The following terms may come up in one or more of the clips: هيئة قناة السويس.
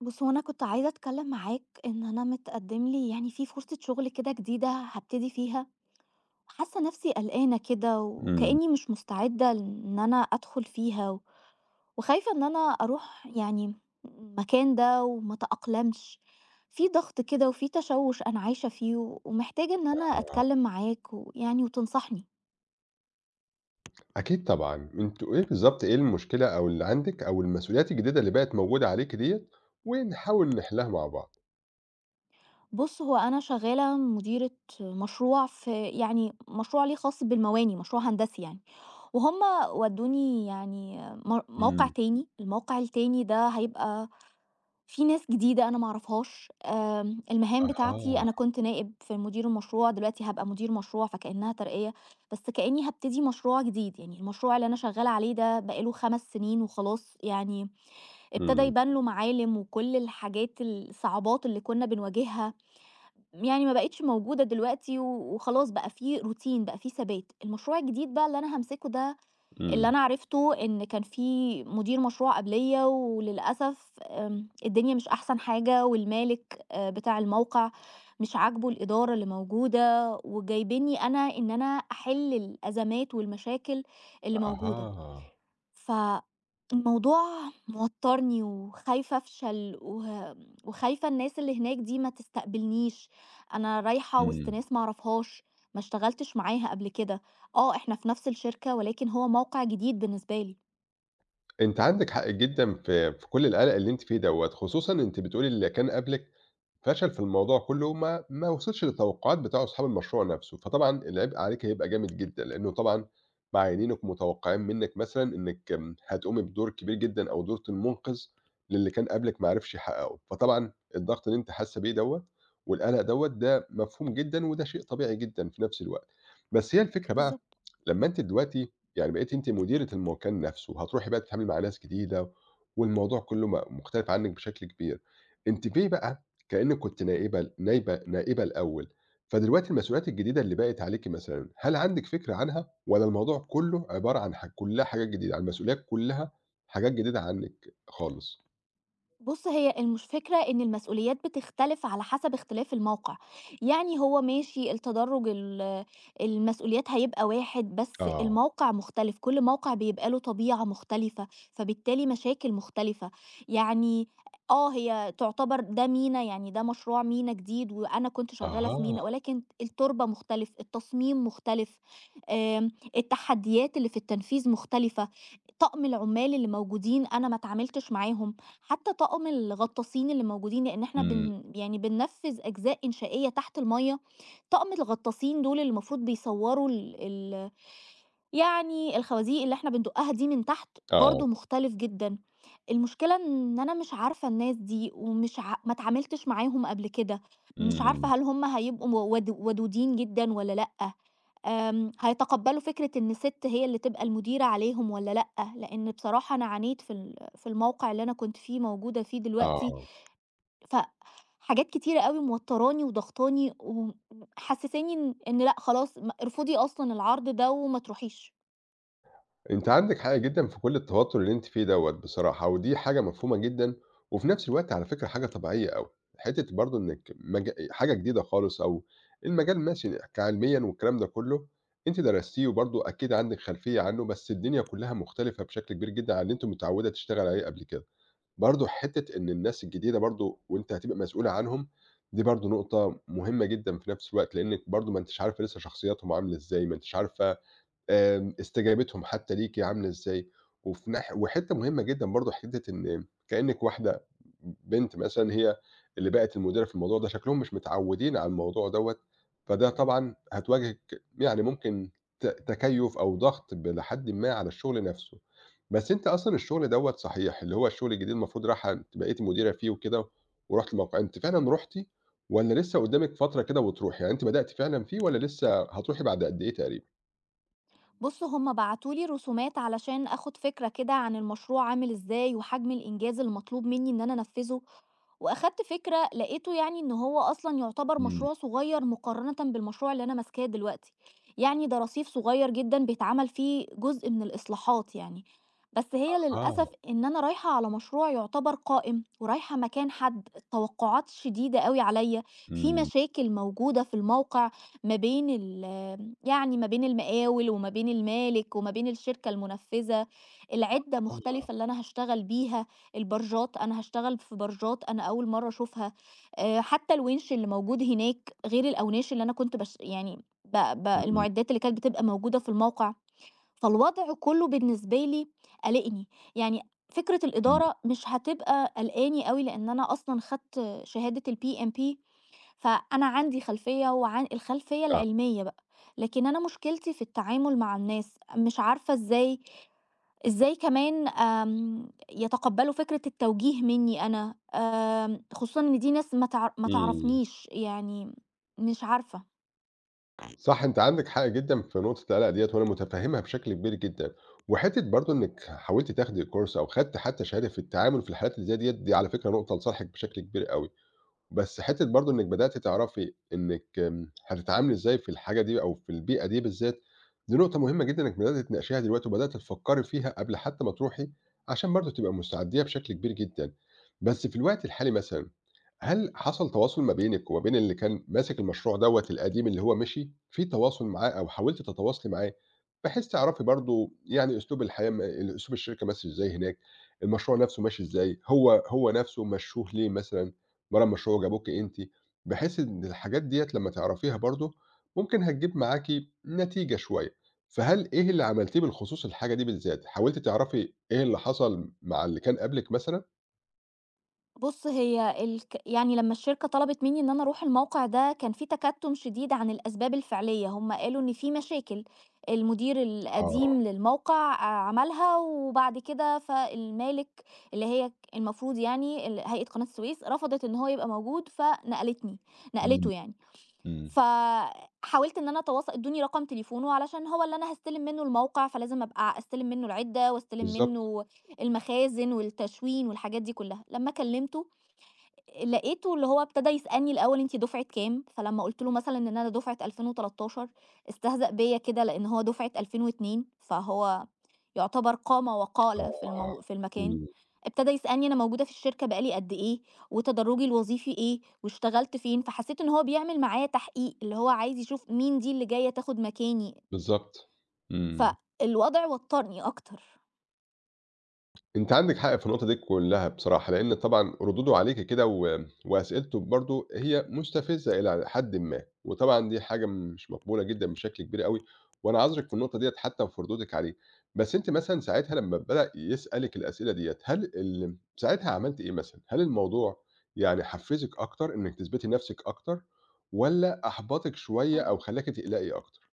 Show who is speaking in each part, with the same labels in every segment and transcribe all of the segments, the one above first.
Speaker 1: بُص، هو أنا كنت عايزة أتكلّم معاك إن أنا متقدّم لي يعني في فرصة شغل كده جديدة هابتدي فيها، حاسّة نَفْسي قلقانة كده
Speaker 2: إمم،
Speaker 1: وكإنّي مش مستعدة إن أنا أدخُل فيها وخايفة إن أنا أروح يعني المكان ده وما أتأقلمش، في ضغط كده وفي تشوُّش أنا عايشة فيه ومحتاجة إن أنا
Speaker 2: طبعًا.
Speaker 1: أتكلّم معاك ويعني وتنصحني.
Speaker 2: أكيد طبعًا، أنتم إيه بالضبط إيه المشكلة أو اللي عندِك أو المسؤوليات الجديدة اللي بقت موجودة عليكِ ديّة، ونحاول نحلها مع بعض.
Speaker 1: بُص، هو أنا شغّالة مديرة مشروع في يعني مشروع ليه خاص بالمواني، مشروع هندسي يعني. وهُم ودّوني يعني موقع
Speaker 2: إمم.
Speaker 1: تاني، الموقع التاني ده هيبقى فيه ناس جديدة أنا ما أعرفهاش، المهام بتاعتي
Speaker 2: أها.
Speaker 1: أنا كنت نائب في مدير المشروع، دلوقتي هابقى مدير مشروع فكأنها ترقية، بس كأني هابتدي مشروع جديد، يعني المشروع اللي أنا شغّالة عليه ده بقى له 5 سنين وخلاص يعني ابتدى
Speaker 2: إمم،
Speaker 1: يبان له معالم وكل الحاجات الصعوبات اللي كُنّا بنواجهها يعني ما بقِتش موجودة دلوقتي وخلاص بقى في روتين بقى في ثبات، المشروع الجديد بقى اللي أنا هامسكه ده اللي
Speaker 2: إمم.
Speaker 1: أنا عرفته إن كان في مدير مشروع قبليّا وللأسف الدنيا مش أحسن حاجة والمالك بتاع الموقع مش عاجبه الإدارة اللي موجودة، وجايبينّي أنا إن أنا أحِل الأزمات والمشاكل اللي موجودة.
Speaker 2: أها.
Speaker 1: فالموضوع موتّرني وخايفة أفشل وخايفة الناس اللي هناك دي ما تستقبلنيش، أنا رايحة وسط
Speaker 2: إمم.
Speaker 1: ناس ما أعرفهاش، ما اشتغلتش معاها قبل كده، آه إحنا في نفس الشركة ولكن هو موقع جديد بالنسبة لي.
Speaker 2: أنتِ عندِك حق جدًا في كل القلق اللي أنتِ فيه دوّة، خصوصًا أنتِ بتقولي اللي كان قبلِك فشل في الموضوع كلّه وما ما وصلش للتوقعات بتاع أصحاب المشروع نَفْسه، فطبعًا العبء عليكِ هيبقى جامد جدًا، لإنه طبعًا معيّنينِك ومتوقعين منِّك مثلًا إنِّك هتقومي بدور كبير جدًا أو دور المُنقذ للي كان قبلِك ما عرفش يحققه، فطبعًا الضغط اللي أنتِ حاسة بيه دوّة والقلق دوّة ده مفهوم جدًا وده شيء طبيعي جدًا في نَفْس الوقت، بس هي الفكرة بقى
Speaker 1: بالضبط.
Speaker 2: لمّا أنتِ دلوقتي يعني بقيتِ أنتِ مديرة المكان نَفْسه، هتروحي بقى تتعاملي مع ناس جديدة والموضوع كلّه مختلف عنِّك بشكل كبير، أنتِ في بقى كإنِّك كنتِ نائبة نائبة الأول، فدلوقتي المسؤوليات الجديدة اللي بقت عليكِ مثلًا، هل عندِك فكرة عنها والّا الموضوع كلّه عبارة عن كلّها حاجات جديدة، يعني المسؤوليات كلّها حاجات جديدة عنِّك خالص؟
Speaker 1: بُص، هي المش فكرة إن المسؤوليات بتختلف على حسب اختلاف الموقع، يعني هو ماشي التدرُّج المسؤوليات هيبقى واحد، بس
Speaker 2: آه،
Speaker 1: الموقع مختلف، كل موقع بيبقى له طبيعة مختلفة، فبالتالي مشاكل مختلفة، يعني آه، هي تعتبر ده مينا، يعني ده مشروع مينا جديد وأنا كنت شغّالة في مينا،
Speaker 2: أها،
Speaker 1: ولكن التُربة مختلف، التصميم مختلف، آمم، التحديات اللي في التنفيذ مختلفة، طقم العُمّال اللي موجودين أنا ما اتعاملتش معاهم. حتى طاقم الغطاسين اللي موجودين لأن إحنا
Speaker 2: إمم،
Speaker 1: يعني بننفّذ أجزاء إنشائية تحت المَيّة، طاقم الغطاسين دول اللي المفروض بيصوّروا ال ال يعني الخوازيق اللي إحنا بندُقّها دي من تحت
Speaker 2: آه،
Speaker 1: برضه مختلف جدًا، المشكلة إن أنا مش عارفة الناس دي ومش ما اتعاملتش معاهم قبل كده، مش
Speaker 2: إمم،
Speaker 1: عارفة هل هُم هيبقوا مو ود ودودين جدًا والّا لأ؟ هيتقبّلوا فكرة إن سِت هي اللي تبقى المديرة عليهم والّا لأ؟ لإن بصراحة أنا عانيت في الموقع اللي أنا كنت فيه موجودة فيه دلوقتي،
Speaker 2: آه.
Speaker 1: فحاجات كتيرة أوي موتّراني وضاغطاني ومحسّساني إن لأ خلاص ارفضي أصلًا العرض ده وما تروحيش.
Speaker 2: أنتِ عندِك حق جدًا في كل التوتر اللي أنتِ فيه دوّة بصراحة، ودي حاجة مفهومة جدًا، وفي نفس الوقت على فكرة حاجة طبيعية أوي، حتّة برضه إنِّك حاجة جديدة خالص أو المجال ماشي كعلميًا والكلام ده كله، أنتِ درستيه وبرضه أكيد عندِك خلفية عنه، بس الدنيا كلّها مختلفة بشكل كبير جدًا عن اللي أنتِ متعوّدة تشتغلي عليه قبل كده. برضه حتّة إن الناس الجديدة برضه وأنتِ هتبقى مسؤولة عنهم، دي برضه نقطة مهمة جدًا في نفس الوقت، لإنِّك برضه ما أنتيش عارفة لسه شخصياتهم عاملة إزاي، ما أنتيش عارفة استجابتهم حتى ليكِ عاملة إزاي، وفي وحتّة مهمة جدًا برضه حتّة إن كإنِّك واحدة بنت مثلًا هي اللي بقت المديرة في الموضوع ده، شكلهم مش متعوّدين على الموضوع دوّة، فده طبعًا هتواجهِك يعني ممكن تكيُّف أو ضغط لحدٍ ما على الشغل نَفْسه. بس أنتِ أصلًا الشغل دوّة صحيح، اللي هو الشغل الجديد المفروض رايحة أنتِ بقيتِ مديرة فيه وكده ورُحتِ الموقع، أنتِ فعلًا رُحتِ والّا لسه قُدّامِك فترة كده وتروحي؟ يعني أنتِ بدأتِ فعلًا فيه والّا لسه هتروحي بعد قد إيه تقريبًا؟
Speaker 1: بُص، هم بعتوا لي رسومات علشان آخُد فكرة كده عن المشروع عامل إزاي وحجم الإنجاز المطلوب منّي إن أنا أنفّذه. وأخدت فكرة لقيته يعني إن هو أصلًا يعتبر مشروع صغير مقارنةً بالمشروع اللي أنا ماسكاه دلوقتي، يعني ده رصيف صغير جدًا بيتعمل فيه جزء من الإصلاحات يعني، بس هي
Speaker 2: آه،
Speaker 1: للأسف إن أنا رايحة على مشروع يعتبر قائم ورايحة مكان حد، التوقعات شديدة أوي عليَّ، في
Speaker 2: إمم،
Speaker 1: مشاكل موجودة في الموقع ما بين ال يعني ما بين المقاول وما بين المالك وما بين الشركة المنفذة، العِدّة
Speaker 2: آه،
Speaker 1: مختلفة اللي أنا هاشتغل بيها. البرجات، أنا هاشتغل في برجات أنا أول مرّة أشوفها، حتى الوِنش اللي موجود هناك غير الأوناش اللي أنا كنت يعني ب ب
Speaker 2: إمم،
Speaker 1: المُعدّات اللي كانت بتبقى موجودة في الموقع، فالوضع كُلّه بالنسبة لي قالقني، يعني فكرة
Speaker 2: إمم،
Speaker 1: الإدارة مش هتبقى قلقاني أوي لإن أنا أصلًا خدت شهادة الPMP فأنا عندي خلفية وعن الخلفية
Speaker 2: صح،
Speaker 1: العلمية بقى، لكن أنا مشكلتي في التعامل مع الناس، مش عارفة إزاي كمان يتقبّلوا فكرة التوجيه منّي أنا، خصوصًا إن دي ناس ما
Speaker 2: إمم،
Speaker 1: تعرفنيش، يعني مش عارفة.
Speaker 2: صح. أنتِ عندِك حق جدًا في نقطة القلق ديّة وأنا متفهّمها بشكل كبير جدًا، وحتّة برضه إنِّك حاولتِ تاخدي كورس أو خدتِ حتى شهادة في التعامل في الحالات اللي زي ديّة، دي على فكرة نقطة لصالحِك بشكل كبير أوي. بس حتّة برضه إنِّك بدأتِ تعرفي إنِّك هتتعاملي إزاي في الحاجة دي أو في البيئة دي بالذات، دي نقطة مهمة جدًا إنِّك بدأتِ تناقشيها دلوقتي وبدأتِ تفكّري فيها قبل حتّى ما تروحي، عشان برضه تبقى مستعدية بشكل كبير جدًا. بس في الوقت الحالي مثلًا، هل حصل تواصل ما بينِك وما بين اللي كان ماسك المشروع دوّة القديم اللي هو مشي، في تواصل معاه أو حاولتِ تتواصلي معاه، بحيث تعرفي برضه يعني أسلوب الحياة أسلوب الشركة ماشي إزاي هناك، المشروع نَفْسه ماشي إزاي، هو نَفْسه مشّوه ليه مثلًا؟ برّه المشروع وجابوكِ أنتِ، بحيث إن الحاجات ديّة لمّا تعرفيها برضه ممكن هتجيب معاكِ نتيجة شوية، فهل إيه اللي عملتيه بالخصوص الحاجة دي بالذات؟ حاولتِ تعرفي إيه اللي حصل مع اللي كان قبلِك مثلًا؟
Speaker 1: بُص، هي يعني لمّا الشركة طلبت منّي إن أنا أروح الموقع ده، كان في تكتُّم شديد عن الأسباب الفعلية، هم قالوا إن في مشاكل المدير
Speaker 2: آه،
Speaker 1: القديم للموقع عملها، وبعد كده فالمالك اللي هي المفروض يعني هيئة قناة السويس رفضت إن هو يبقى موجود،
Speaker 2: إمم،
Speaker 1: نقلته يعني.
Speaker 2: إمم.
Speaker 1: فحاولت إن أنا أتواصل ادّوني رقم تليفونه علشان هو اللي أنا هاستلم منّه الموقع، فلازم أبقى أستلم منّه العِدّة، واستلم
Speaker 2: بالضبط،
Speaker 1: منّه المخازن والتشوين والحاجات دي كلّها. لمّا كلّمته لقيته اللي هو ابتدى يسألني الأول أنتِ دُفعة كام، فلمّا قُلت له مثلًا إن أنا دُفعة 2013 استهزأ بيّا كده لإن هو دُفعة 2002 فهو يعتبر قام وقال
Speaker 2: آه،
Speaker 1: في المكان،
Speaker 2: إمم،
Speaker 1: ابتدى يسألني أنا موجودة في الشركة بقى لي قد إيه، وتدرُّجي الوظيفي إيه، واشتغلت فين، فحسيت إن هو بيعمل معايا تحقيق، اللي هو عايز يشوف مين دي اللي جاية تاخد مكاني،
Speaker 2: بالضبط. إمم.
Speaker 1: فالوضع وتّرني أكتر.
Speaker 2: أنتِ عندِك حق في النقطة دي كلّها بصراحة، لإن طبعًا ردوده عليكِ كده و وأسئلته برضه هي مستفزة إلى حدٍ ما، وطبعًا دي حاجة مش مقبولة جدًا بشكل كبير أوي، وأنا عذرِك في النقطة ديّة حتى وفي ردودِك عليه، بس أنتِ مثلًا ساعتها لمّا بدأ يسألِك الأسئلة ديّة، هل ساعتها عملتِ إيه مثلًا؟ هل الموضوع يعني حفّزِك أكتر إنِّك تثبتي نَفْسِك أكتر، والّا أحبطِك شوية أو
Speaker 1: آه.
Speaker 2: خلّاكِ تقلقي أكتر؟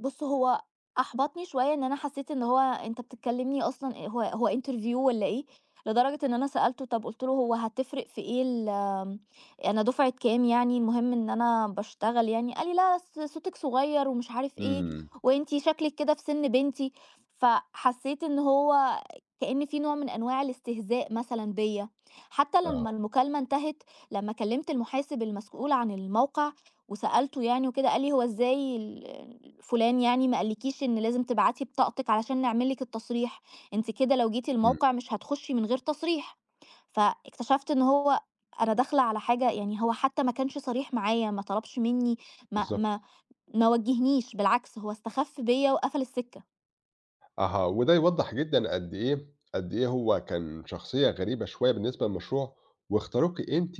Speaker 1: بُص، هو أحبطني شوية إن أنا حسّيت إن هو أنت بتكلّمني أصلًا إيه هو interview والّا إيه؟ لدرجة إن أنا سألته طَب قُلت له: "هو هتفرق في إيه ال آم، أنا دُفعة كام يعني المهم إن أنا باشتغل يعني." قال لي: "لا صوتِك صغيّر ومش عارف إيه،
Speaker 2: إمم،
Speaker 1: وأنتِ شكلِك كده في سِن بنتي." فحسّيت إن هو كإن في نوع من أنواع الاستهزاء مثلًا بيّا، حتى لمّا
Speaker 2: آه،
Speaker 1: المكالمة انتهت، لمّا كلّمت المحاسب المسؤول عن الموقع وسألته يعني وكده قال لي: "هو إزاي ال فلان يعني ما قالكيش إن لازم تبعتي بطاقتِك علشان نعمل لِك التصريح، أنتِ كده لو جيتِ
Speaker 2: إمم،
Speaker 1: الموقع مش هتخشي من غير تصريح." فاكتشفت إن هو أنا داخلة على حاجة يعني هو حتى ما كانش صريح معايا، ما طلبش مني، ما ما
Speaker 2: بالضبط.
Speaker 1: ما وجهنيش، بالعكس هو استخف بيّا وقفل السكة.
Speaker 2: أها، وده يوضّح جدًا قد إيه هو كان شخصية غريبة شوية بالنسبة للمشروع، واختاروكِ أنتِ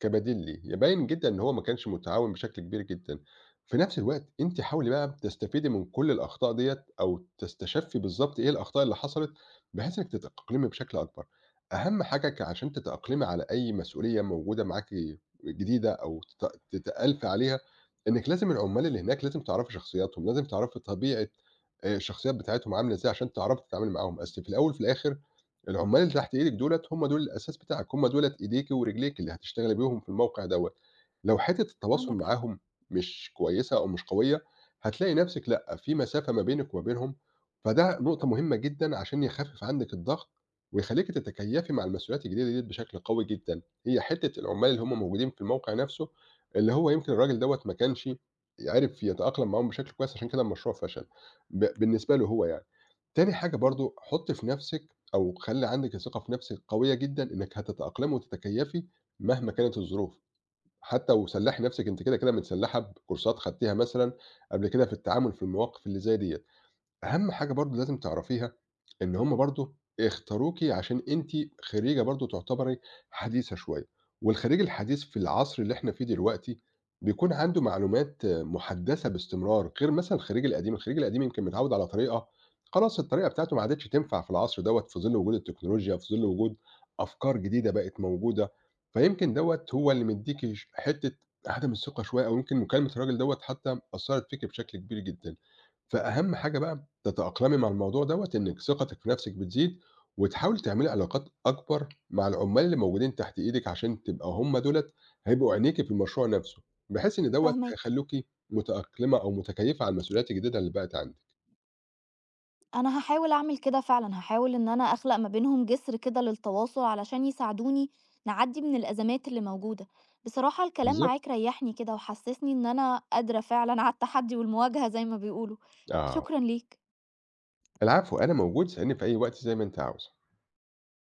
Speaker 2: كبديل ليه، يبين جدًا إن هو ما كانش متعاون بشكل كبير جدًا. في نفس الوقت أنتِ حاولي بقى تستفيدي من كل الأخطاء ديّة، أو تستشفي بالضبط إيه الأخطاء اللي حصلت، بحيث إنِّك تتأقلمي بشكل أكبر. أهم حاجة عشان تتأقلمي على أي مسؤولية موجودة معاكِ جديدة، أو تتألفي عليها، إنِّك لازم العمال اللي هناك لازم تعرفي شخصياتهم، لازم تعرفي طبيعة الشخصيات بتاعتهم عاملة إزاي عشان تعرفي تتعاملي معاهم، أصل في الأول وفي الآخر العمال اللي تحت إيدِك دُولة هم دُول الأساس بتاعِك، هم دُولة إيديكِ ورجليكِ اللي هتشتغلي بيهم في الموقع دوّة، لو حتّة التواصل
Speaker 1: عندك حق،
Speaker 2: معاهم مش كويسة أو مش قوية، هتلاقي نَفْسِك لأ، في مسافة ما بينِك وما بينهم، فده نقطة مهمة جدًا عشان يخفِّف عندِك الضغط ويخلّيكِ تتكيّفي مع المسؤوليات الجديدة ديّة بشكل قوي جدًا، هي حتّة العمال اللي هم موجودين في الموقع نَفْسه، اللي هو يمكن الراجل دوّة ما كانش عرف يتأقلم معاهم بشكل كويس عشان كده المشروع فشل. بالنسبة له هو يعني. تاني حاجة
Speaker 1: إمم.
Speaker 2: برضه حُطّي في نَفْسِك أو خلّي عندِك الثقة في نَفْسِك قوية جدًا إنِّك هتتأقلمي وتتكيّفي مهما كانت الظروف، حتى وسلّحي نَفْسِك أنتِ كده، كده متسلّحة بكورسات خدتيها مثلًا قبل كده في التعامل في المواقف اللي زي ديّة. أهم حاجة برضه لازم تعرفيها، إن هم برضه اختاروكِ عشان أنتِ خريجة برضه تعتبري حديثة شوية، والخريج الحديث في العصر اللي إحنا فيه دلوقتي، بيكون عنده معلومات مُحدثة باستمرار، غير مثلًا الخريج القديم، الخريج القديم يمكن متعوّد على طريقة، خلاص الطريقة بتاعته ما عادتش تنفع في العصر دوّة في ظِل وجود التكنولوجيا، في ظِل وجود أفكار جديدة بقت موجودة، فيمكن دوّة هو اللي مدّيكِ حتّة عدم الثقة شوية أو يمكن مكالمة الراجل دوّة حتى أثّرت فيكِ بشكل كبير جدًا. فأهم حاجة بقى تتأقلمي مع الموضوع دوّة، إنِّك ثقتِك في نَفْسِك بتزيد، وتحاولي تعملي علاقات أكبر مع العُمّال اللي موجودين تحت إيدِك، عشان تبقى هُم دُولة هيبقوا عينيكِ في المشروع نَفْسه، بحيث إن دوّة
Speaker 1: فاهماك.
Speaker 2: هيخلّوكِ متأقلمة أو متكيّفة على المسؤوليات الجديدة اللي بقت عندِك،
Speaker 1: أنا هاحاول أعمل كده فعلًا، هاحاول إن أنا أخلق ما بينهم جسر كده للتواصل علشان يساعدوني نعدّي من الأزمات اللي موجودة. بصراحة الكلام
Speaker 2: بالضبط،
Speaker 1: معاك ريّحني كده وحسّسني إن أنا قادرة فعلًا على التحدي والمواجهة زي ما بيقولوا.
Speaker 2: آه،
Speaker 1: شكرًا ليك.
Speaker 2: العفو، أنا موجود، اسأليني في أي وقت زي ما أنتِ عاوزة.